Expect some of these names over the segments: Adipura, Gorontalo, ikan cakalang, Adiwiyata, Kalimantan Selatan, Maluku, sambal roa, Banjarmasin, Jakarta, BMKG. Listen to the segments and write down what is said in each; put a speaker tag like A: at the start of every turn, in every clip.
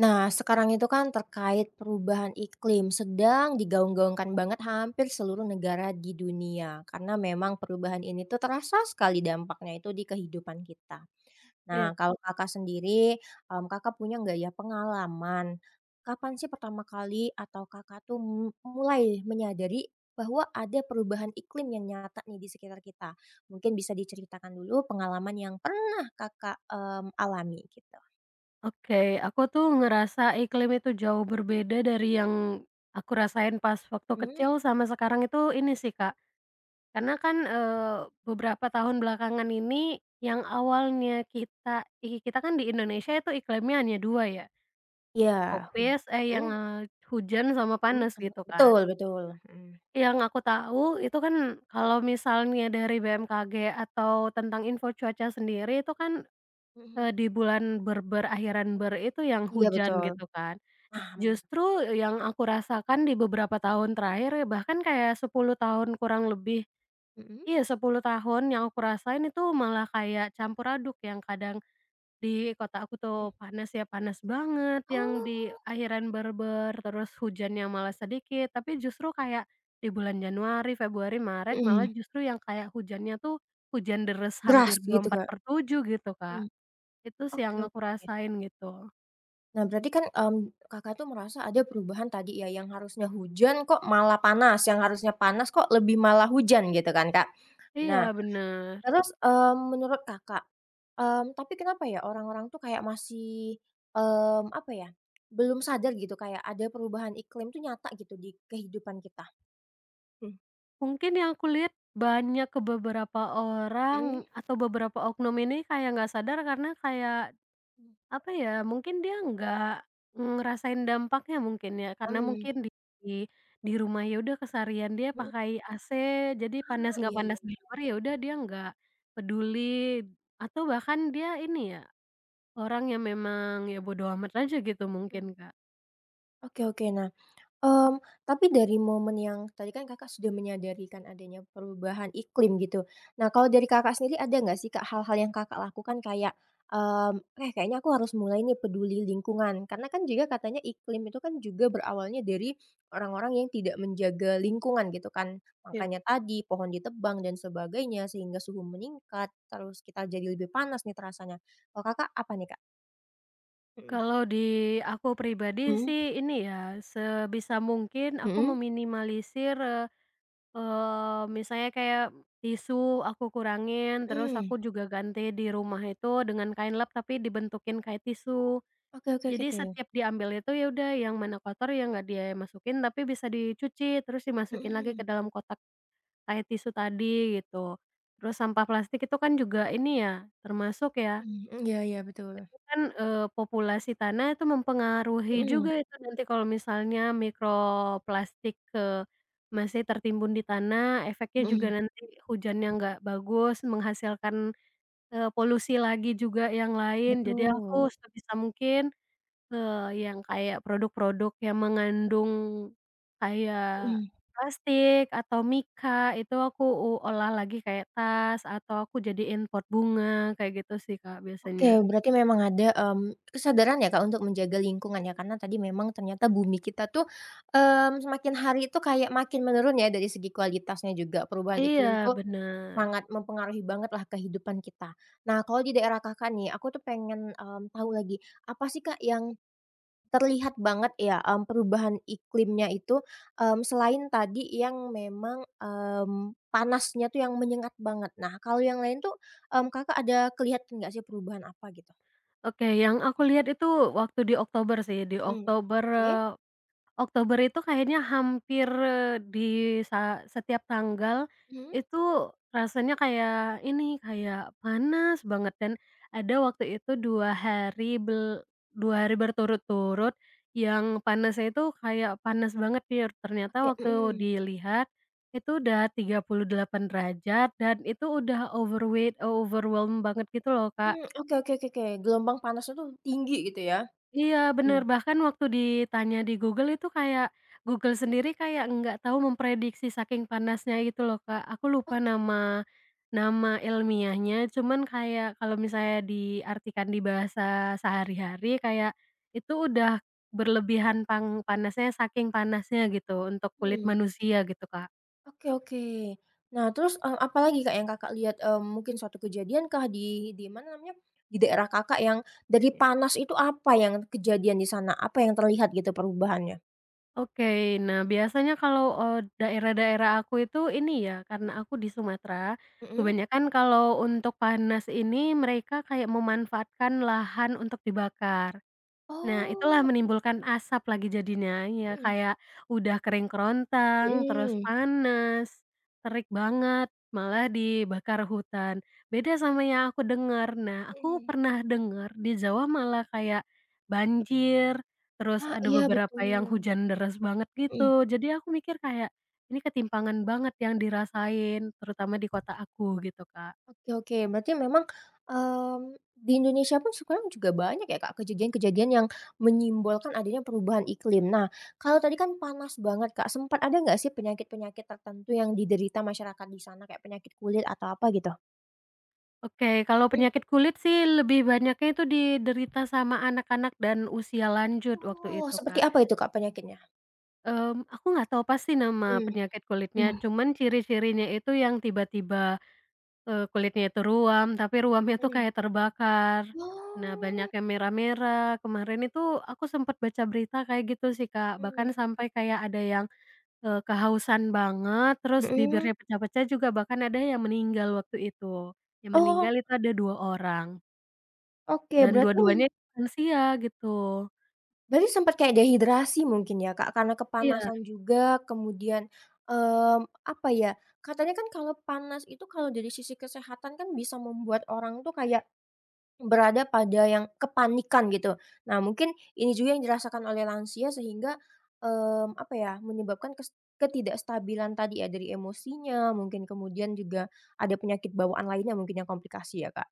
A: Nah, sekarang itu kan terkait perubahan iklim sedang digaung-gaungkan banget hampir seluruh negara di dunia karena memang perubahan ini tuh terasa sekali dampaknya itu di kehidupan kita. Nah,
B: Iya,
A: kalau Kakak sendiri, Kakak punya nggak ya pengalaman, kapan sih pertama kali atau Kakak tuh mulai menyadari bahwa ada perubahan iklim yang nyata nih di sekitar kita? Mungkin bisa diceritakan dulu pengalaman yang pernah Kakak, alami gitu.
B: oke. Aku tuh ngerasa iklim itu jauh berbeda dari yang aku rasain pas waktu
A: Mmm,
B: kecil sama sekarang itu ini sih, Kak. Karena kan, beberapa tahun belakangan ini yang awalnya kita kan di Indonesia itu iklimnya hanya 2 ya,
A: iya.
B: tropis, eh, yang,
A: Mhm.
B: hujan sama
A: Mhm,
B: panas
A: sama
B: gitu
A: betul
B: kan.
A: betul, mhm.
B: Yang aku tahu itu kan kalau misalnya dari BMKG atau tentang info cuaca sendiri itu kan,
A: Mhm.
B: Di bulan ber ber akhiran ber itu yang
A: Iya
B: hujan
A: betul,
B: gitu kan.
A: paham.
B: Justru yang aku rasakan di beberapa tahun terakhir, bahkan kayak 10 tahun kurang lebih,
A: Mhm,
B: iya, 10 tahun yang aku rasain itu malah kayak campur aduk yang kadang di kota aku tuh
A: mhm.
B: panas ya panas banget yang di
A: Oh,
B: akhiran ber-ber, terus hujannya malah sedikit, tapi justru kayak di bulan Januari, Februari, Maret malah
A: mhm,
B: justru yang kayak hujannya tuh hujan deres
A: deras
B: hampir dua puluh
A: gitu,
B: empat
A: Kak?
B: per tujuh gitu, Kak.
A: Mhm.
B: Itu sih
A: Oke
B: yang aku
A: oke.
B: rasain gitu.
A: Nah berarti kan, Kakak tuh merasa ada perubahan tadi ya, yang harusnya hujan kok malah panas, yang harusnya panas kok lebih malah hujan gitu kan, Kak? Nah
B: Iya, bener.
A: terus, menurut Kakak, tapi kenapa ya orang-orang tuh kayak masih, apa ya, belum sadar gitu kayak ada perubahan iklim tuh nyata gitu di kehidupan kita?
B: Mungkin yang aku lihat banyak ke beberapa orang
A: Mhm.
B: atau beberapa oknum ini kayak nggak sadar karena kayak,
A: Mmm,
B: apa ya, mungkin dia nggak ngerasain dampaknya mungkin ya, karena
A: mhm,
B: mungkin di di rumah ya udah keseharian dia
A: mhm.
B: pakai AC, jadi panas
A: Ah,
B: nggak
A: iya iya.
B: panas di luar ya udah dia nggak peduli, atau bahkan dia ini ya, orang yang memang ya bodo amat aja gitu
A: Mhm,
B: mungkin, Kak.
A: oke oke. Nah, mmm, tapi dari momen yang tadi kan Kakak sudah menyadari kan adanya perubahan iklim gitu. Nah, kalau dari Kakak sendiri ada nggak sih Kak hal-hal yang Kakak lakukan kayak, mmm, "Eh, kayaknya aku harus mulai nih peduli lingkungan." Karena kan juga katanya iklim itu kan juga berawalnya dari orang-orang yang tidak menjaga lingkungan gitu kan. Makanya tadi pohon ditebang dan sebagainya sehingga suhu meningkat, terus kita jadi lebih panas nih terasanya. Kalau Kakak apa nih Kak? Mhm.
B: Kalau di aku pribadi
A: Mmm.
B: sih ini ya, sebisa mungkin aku
A: Mhm
B: meminimalisir, eee eee, misalnya kayak tisu aku kurangin, terus
A: mhm.
B: aku juga ganti di rumah itu dengan kain lap tapi dibentukin kayak tisu.
A: Oke oke oke
B: Jadi
A: oke.
B: setiap diambil itu ya udah yang mana kotor ya nggak dia masukin, tapi bisa dicuci, terus dimasukin lagi
A: Mhm
B: ke dalam kotak kayak tisu tadi gitu. Terus sampah plastik itu kan juga ini ya, termasuk ya.
A: mhm, iya iya betul.
B: Kan, populasi tanah itu mempengaruhi
A: Mhm
B: juga itu nanti kalau misalnya mikroplastik, masih tertimbun di tanah, efeknya juga
A: mhm,
B: nanti hujannya nggak bagus, menghasilkan, polusi lagi juga yang lain. Jadi
A: betul.
B: aku sebisa mungkin, yang kayak produk-produk yang mengandung kayak
A: Mhm.
B: plastik atau mika itu aku olah lagi kayak tas atau aku jadiin pot bunga, kayak gitu sih, Kak,
A: Oke,
B: biasanya.
A: berarti memang ada, kesadaran ya, Kak, untuk menjaga lingkungan ya, karena tadi memang ternyata bumi kita tuh, semakin hari itu kayak makin menurun ya dari segi kualitasnya juga, perubahan iklim
B: Iya,
A: tuh
B: bener.
A: sangat mempengaruhi bangetlah kehidupan kita. Nah, kalau di daerah Kakak nih, aku tuh pengen, tahu lagi, apa sih, Kak, yang terlihat banget ya, perubahan iklimnya itu, selain tadi yang memang, panasnya tuh yang menyengat banget. Nah, kalau yang lain tuh, Kakak ada kelihatan nggak sih perubahan apa gitu?
B: Oke, yang aku lihat itu waktu di Oktober sih, di
A: Mmm,
B: Oktober,
A: oke,
B: Oktober itu kayaknya hampir di sa setiap tanggal
A: mhm,
B: itu rasanya kayak ini, kayak panas banget dan ada waktu itu 2 hari bel 2 hari berturut-turut yang panasnya itu kayak panas banget, ternyata
A: oke,
B: waktu
A: mhm,
B: dilihat itu udah 38 derajat dan itu udah overwhelmed banget gitu loh, Kak.
A: mmm, oke oke oke oke, gelombang panasnya tuh tinggi gitu ya?
B: Iya,
A: Mmm,
B: bener, bahkan waktu ditanya di Google itu kayak, Google sendiri kayak nggak tahu memprediksi saking panasnya gitu loh, Kak. Aku lupa
A: oke,
B: nama nama ilmiahnya, cuman kayak kalau misalnya diartikan di bahasa sehari-hari kayak, itu udah berlebihan panasnya saking panasnya gitu untuk kulit
A: mmm.
B: manusia gitu, Kak.
A: Oke oke. Nah terus, apalagi Kak yang Kakak lihat, mungkin suatu kejadian kah di mana namanya, di daerah Kakak yang dari panas itu apa yang kejadian di sana? Apa yang terlihat gitu perubahannya?
B: Oke. Nah, biasanya kalau, daerah-daerah aku itu ini ya, karena aku di Sumatera,
A: Mhm.
B: kebanyakan kalau untuk panas ini mereka kayak memanfaatkan lahan untuk dibakar. Nah, itulah
A: Oh,
B: menimbulkan asap lagi jadinya, ya
A: mhm
B: kayak udah kering kerontang, terus
A: mhm
B: panas, terik banget, malah dibakar hutan. Beda sama yang aku dengar. Nah, aku
A: mhm.
B: pernah dengar di Jawa malah kayak banjir, terus
A: Ah,
B: ada
A: iya
B: beberapa
A: betul,
B: yang hujan deras banget
A: mhm.
B: gitu. Jadi aku mikir kayak, ini ketimpangan banget yang dirasain, terutama di kota aku gitu, Kak.
A: Oke oke, berarti memang, mmm, di Indonesia pun sekarang juga banyak ya, Kak, kejadian-kejadian yang menyimbolkan adanya perubahan iklim. Nah, kalau tadi kan panas banget, Kak, sempat ada nggak sih penyakit-penyakit tertentu yang diderita masyarakat di sana kayak penyakit kulit atau apa gitu?
B: Oke, kalau
A: Mhm.
B: penyakit kulit sih lebih banyaknya itu diderita sama anak-anak dan usia lanjut waktu
A: Oh,
B: itu,
A: seperti
B: Kak.
A: apa itu, Kak, penyakitnya?
B: Aku nggak tahu pasti nama
A: Mmm,
B: penyakit kulitnya,
A: Mhm.
B: cuman ciri-cirinya itu yang tiba-tiba, kulitnya itu ruam, tapi ruamnya tuh
A: mhm.
B: kayak terbakar. Nah, banyak
A: Oh.
B: yang merah-merah, kemarin itu aku sempat baca berita kayak gitu sih, Kak. Bahkan
A: Mhm.
B: sampai kayak ada yang, kehausan banget, terus
A: Mhm.
B: bibirnya pecah-pecah juga bahkan ada yang meninggal waktu itu. Yang
A: Oh,
B: meninggal itu ada 2 orang.
A: oke
B: Dan
A: berarti.
B: dua-duanya lansia gitu.
A: Berarti sempat kayak dehidrasi mungkin ya, Kak, karena
B: Iya.
A: kepanasan juga kemudian, apa ya, katanya kan kalau panas itu kalau dari sisi kesehatan kan bisa membuat orang tuh kayak berada pada yang kepanikan gitu. Nah mungkin ini juga yang dirasakan oleh lansia sehingga, apa ya, menyebabkan ketidakstabilan tadi ya dari emosinya mungkin kemudian juga ada penyakit bawaan lainnya mungkin yang komplikasi ya, Kak,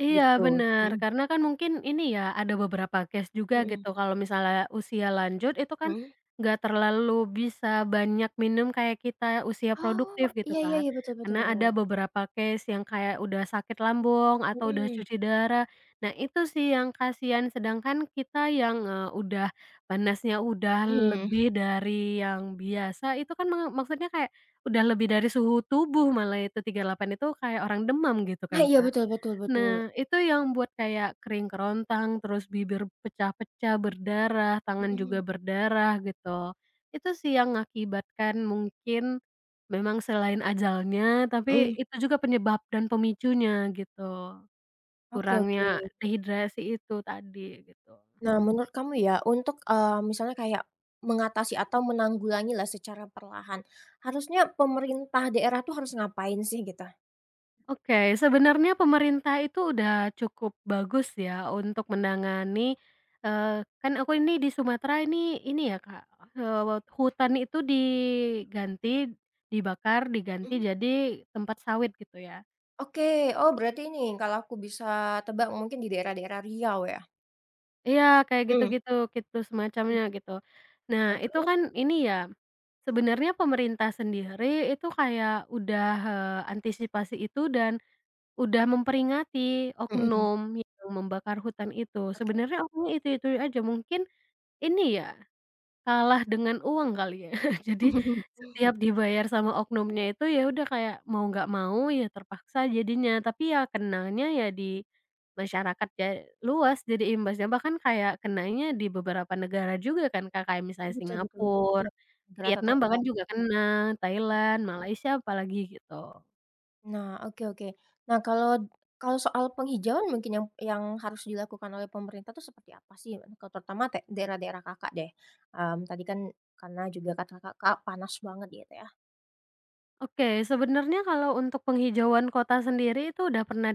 B: Iya,
A: gitu.
B: bener,
A: Mhm
B: karena kan mungkin ini ya, ada beberapa case juga
A: mhm
B: gitu kalau misalnya usia lanjut itu kan
A: mhm.
B: nggak terlalu bisa banyak minum kayak kita usia
A: Oh,
B: produktif
A: iya
B: gitu
A: iya
B: kan.
A: iya, betul
B: Karena
A: betul.
B: ada beberapa case yang kayak udah sakit lambung atau udah
A: Mhm.
B: cuci darah. Nah, itu sih yang kasihan, sedangkan kita yang, udah panasnya udah
A: Mhm.
B: lebih dari yang biasa itu kan maksudnya kayak udah lebih dari suhu tubuh malah itu 38 itu kayak orang demam gitu
A: Nah
B: kan,
A: iya
B: Kak.
A: betul betul betul.
B: Nah, itu yang buat kayak kering kerontang, terus bibir pecah-pecah, berdarah, tangan
A: Mhm
B: juga berdarah gitu. Itu sih yang mengakibatkan mungkin memang selain ajalnya,
A: mhm.
B: tapi itu juga penyebab dan pemicunya gitu,
A: Oke oke.
B: kurangnya dehidrasi itu tadi gitu.
A: Nah menurut kamu ya untuk, misalnya kayak mengatasi atau menanggulangi lah secara perlahan, harusnya pemerintah daerah tuh harus ngapain sih gitu?
B: Oke, sebenarnya pemerintah itu udah cukup bagus ya untuk menangani, kan aku ini di Sumatera ini ya, Kak, hutan itu diganti, dibakar, diganti
A: Mhm.
B: jadi tempat sawit gitu ya.
A: Oke. Oh berarti ini kalau aku bisa tebak mungkin di daerah-daerah Riau ya?
B: Iya, kayak
A: Mmm,
B: gitu-gitu, gitu semacamnya
A: mhm.
B: gitu. Nah,
A: Nah
B: itu
A: terus?
B: kan ini ya, sebenarnya pemerintah sendiri itu kayak udah, antisipasi itu dan udah memperingati
A: Mhm.
B: oknum yang membakar hutan itu.
A: Oke.
B: Sebenarnya oknumnya itu-itu aja, mungkin ini ya, kalah dengan uang kali ya. Jadi setiap dibayar sama oknumnya itu, ya udah kayak mau nggak mau ya terpaksa jadinya, tapi ya kenanya ya di masyarakat ya luas jadi imbasnya, bahkan kayak kenanya di beberapa negara juga kan, Kak, kayak misalnya
A: Betul betul.
B: Singapura,
A: Iya, negara
B: Vietnam
A: tetangga.
B: bahkan juga kena, Thailand, Malaysia apalagi gitu.
A: Nah, oke oke. Nah, kalau kalau soal penghijauan mungkin yang harus dilakukan oleh pemerintah itu seperti apa sih? Kalau terutama daerah-daerah Kakak deh. Tadi kan karena juga kata Kakak panas banget gitu ya.
B: Oke, sebenarnya kalau untuk penghijauan kota sendiri itu udah pernah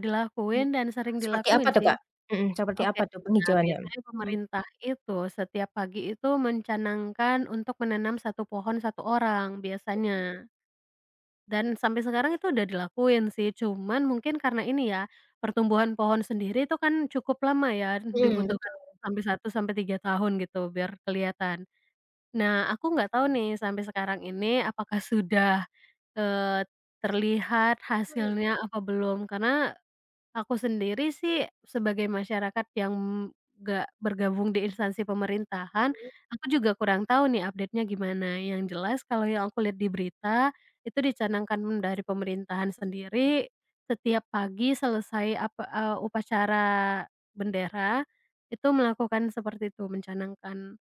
A: Mhm.
B: dilakuin dan sering
A: Seperti apa
B: dilakuin
A: tuh,
B: sih.
A: Kak? Mhm, seperti
B: Oke.
A: apa tuh
B: Nah,
A: penghijauannya?
B: biasanya
A: Mhm.
B: pemerintah itu setiap pagi itu mencanangkan untuk menanam satu pohon satu orang biasanya. Dan sampai sekarang itu udah dilakuin sih, cuman mungkin karena ini ya, pertumbuhan pohon sendiri itu kan cukup lama ya,
A: Mhm,
B: dibutuhkan
A: betul.
B: sampai 1 sampai 3 tahun gitu biar kelihatan. Nah, aku nggak tahu nih sampai sekarang ini apakah sudah, Eee, terlihat hasilnya apa belum, karena aku sendiri sih sebagai masyarakat yang nggak bergabung di instansi pemerintahan, aku juga kurang tahu nih update-nya gimana. Yang jelas kalau yang aku lihat di berita, itu dicanangkan dari pemerintahan sendiri, setiap pagi selesai apa upacara bendera, itu melakukan seperti itu, mencanangkan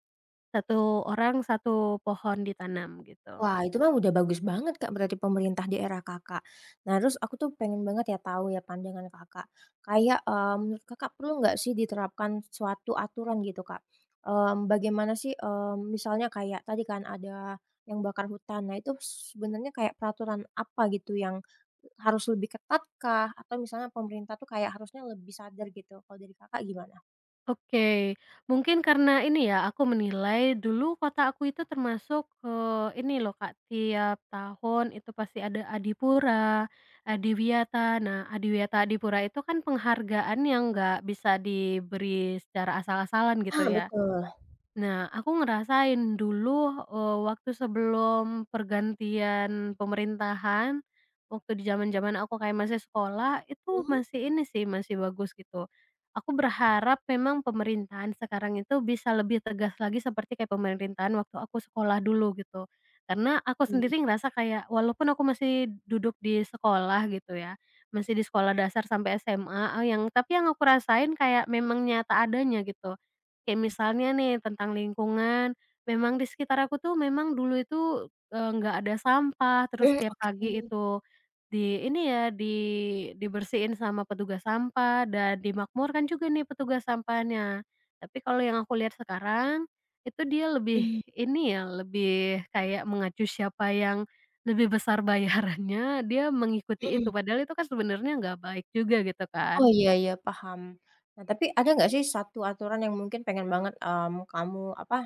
B: satu orang satu pohon ditanam gitu.
A: Wah, itu mah udah bagus banget, Kak, berarti pemerintah daerah Kakak. Nah, terus aku tuh pengen banget ya tahu ya pandangan Kakak. Kayak, menurut Kakak perlu nggak sih diterapkan suatu aturan gitu, Kak? Bagaimana sih, misalnya kayak tadi kan ada yang bakar hutan. Nah, itu sebenarnya kayak peraturan apa gitu yang harus lebih ketat kah? Atau misalnya pemerintah tuh kayak harusnya lebih sadar gitu, kalau dari Kakak gimana?
B: Oke, mungkin karena ini ya, aku menilai dulu kota aku itu termasuk, ini loh, Kak, tiap tahun itu pasti ada Adipura, Adiwiyata. Nah, Adiwiyata, Adipura itu kan penghargaan yang nggak bisa diberi secara asal-asalan gitu
A: Ah,
B: ya.
A: betul.
B: Nah, aku ngerasain dulu, waktu sebelum pergantian pemerintahan, waktu di zaman-zaman aku kayak masih sekolah, itu masih ini sih, masih bagus gitu. Aku berharap memang pemerintahan sekarang itu bisa lebih tegas lagi seperti kayak pemerintahan waktu aku sekolah dulu gitu. Karena aku sendiri ngerasa kayak walaupun aku masih duduk di sekolah gitu ya, masih di sekolah dasar sampai SMA, yang tapi yang aku rasain kayak memang nyata adanya gitu. Kayak
A: Mhm,
B: misalnya nih tentang lingkungan, memang di sekitar aku tuh memang dulu itu, nggak ada sampah, terus
A: mhm,
B: tiap pagi
A: oke.
B: itu di ini ya, di dibersihin sama petugas sampah dan dimakmurkan juga nih petugas sampahnya. Tapi kalau yang aku lihat sekarang, itu dia lebih
A: Mhm,
B: ini ya, lebih kayak mengacu siapa yang lebih besar bayarannya, dia mengikuti itu,
A: mhm.
B: padahal itu kan sebenarnya nggak baik juga gitu
A: Oh,
B: kan.
A: iya iya, paham. Nah, tapi ada nggak sih satu aturan yang mungkin pengen banget, kamu apa,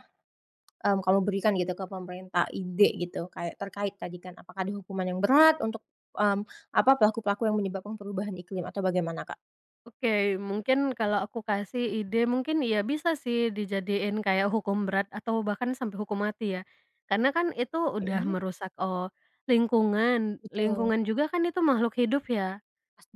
A: kamu berikan gitu ke pemerintah ide gitu, kayak terkait tadi kan, apakah ada hukuman yang berat untuk, mmm, apa, pelaku-pelaku yang menyebabkan perubahan iklim atau bagaimana, Kak?
B: Oke, mungkin kalau aku kasih ide mungkin ya bisa sih dijadiin kayak hukum berat atau bahkan sampai hukum mati ya. Karena kan itu udah
A: Mhm,
B: merusak, oh, lingkungan,
A: betul,
B: lingkungan juga kan itu makhluk hidup ya.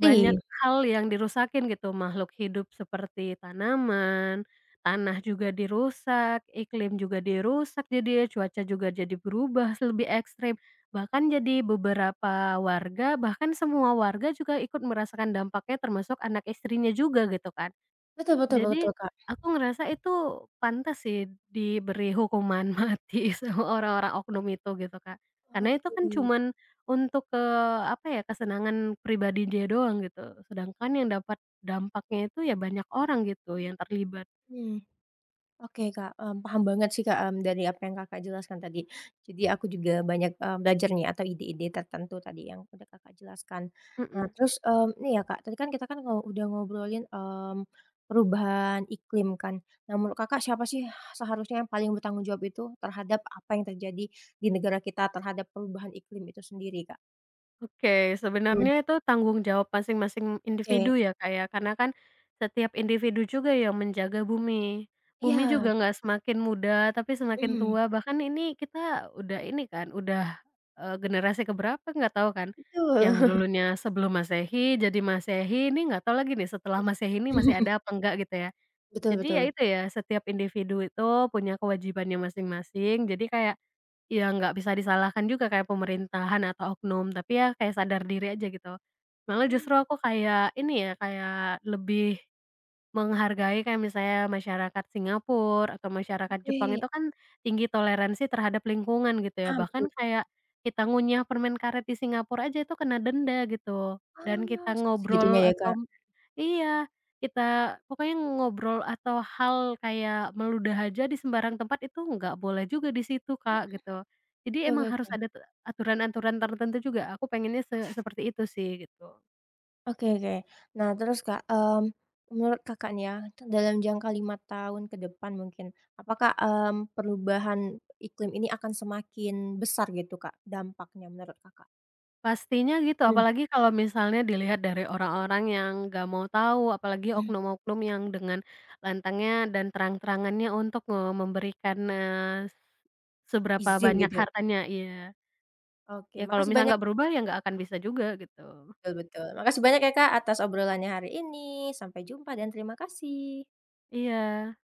B: Banyak hal yang dirusakin gitu, makhluk hidup seperti tanaman, tanah juga dirusak, iklim juga dirusak jadinya, cuaca juga jadi berubah lebih ekstrim. Bahkan jadi beberapa warga, bahkan semua warga juga ikut merasakan dampaknya termasuk anak istrinya juga gitu kan.
A: Betul betul betul,
B: Jadi,
A: Kak.
B: aku ngerasa itu pantas sih diberi hukuman mati sama orang-orang oknum itu gitu, Kak. Karena itu
A: Oke,
B: kan cuman untuk, apa ya, kesenangan pribadi dia doang gitu, sedangkan yang dapat dampaknya itu ya banyak orang gitu yang terlibat.
A: mhm. Oke Kak, paham banget sih Kak, dari apa yang Kakak jelaskan tadi. Jadi aku juga banyak, belajar nih atau ide-ide tertentu tadi yang udah Kakak jelaskan. Nah
B: Mhm.
A: terus, ini ya Kak, tadi kan kita kan udah ngobrolin, perubahan iklim kan. Nah menurut Kakak siapa sih seharusnya yang paling bertanggung jawab itu terhadap apa yang terjadi di negara kita terhadap perubahan iklim itu sendiri Kak?
B: Oke,
A: Mmm.
B: sebenarnya itu tanggung jawab masing-masing
A: Oke,
B: individu ya, Kak, ya, karena kan setiap individu juga yang menjaga bumi. Bumi
A: iya,
B: juga nggak semakin muda, tapi semakin
A: mhm,
B: tua, bahkan ini kita udah ini kan, udah, generasi keberapa nggak tahu kan, yang
A: betul.
B: dulunya sebelum Masehi, jadi Masehi, ini nggak tahu lagi nih setelah Masehi ini masih ada apa enggak gitu ya.
A: Betul
B: Jadi ya
A: betul.
B: itu ya, setiap individu itu punya kewajibannya masing-masing, jadi kayak, ya nggak bisa disalahkan juga kayak pemerintahan atau oknum, tapi ya kayak sadar diri aja gitu. Malah
A: Mmm,
B: justru aku kayak ini ya, kayak lebih menghargai kayak misalnya masyarakat Singapura atau masyarakat Jepang
A: oke,
B: itu kan tinggi toleransi terhadap lingkungan gitu ya,
A: ah,
B: bahkan
A: betul.
B: kayak kita ngunyah permen karet di Singapura aja itu kena denda gitu, dan
A: Oh,
B: kita
A: sampai
B: ngobrol
A: segitunya ya, Kak?
B: atau iya, kita pokoknya ngobrol atau hal kayak meludah aja di sembarang tempat itu nggak boleh juga di situ, Kak,
A: Mhm.
B: gitu. Jadi emang
A: Oke oke
B: harus
A: oke.
B: ada aturan-aturan tertentu juga, aku pengennya seperti itu sih, gitu.
A: Oke oke. Nah terus, Kak, menurut Kakak nih ya, dalam jangka 5 tahun ke depan mungkin, apakah, perubahan iklim ini akan semakin besar gitu, Kak, dampaknya menurut Kakak?
B: Pastinya gitu,
A: Mmm,
B: apalagi kalau misalnya dilihat dari orang-orang yang nggak mau tahu, apalagi
A: mhm.
B: oknum-oknum yang dengan lantangnya dan terang-terangannya untuk, memberikan, seberapa
A: Izin
B: banyak
A: gitu.
B: hartanya iya.
A: Oke,
B: Ya kalau
A: makasih
B: misalnya
A: banyak
B: nggak berubah, ya nggak akan bisa juga gitu.
A: betul betul. Makasih banyak ya, Kak, atas obrolannya hari ini. Sampai jumpa dan terima kasih.
B: Iya.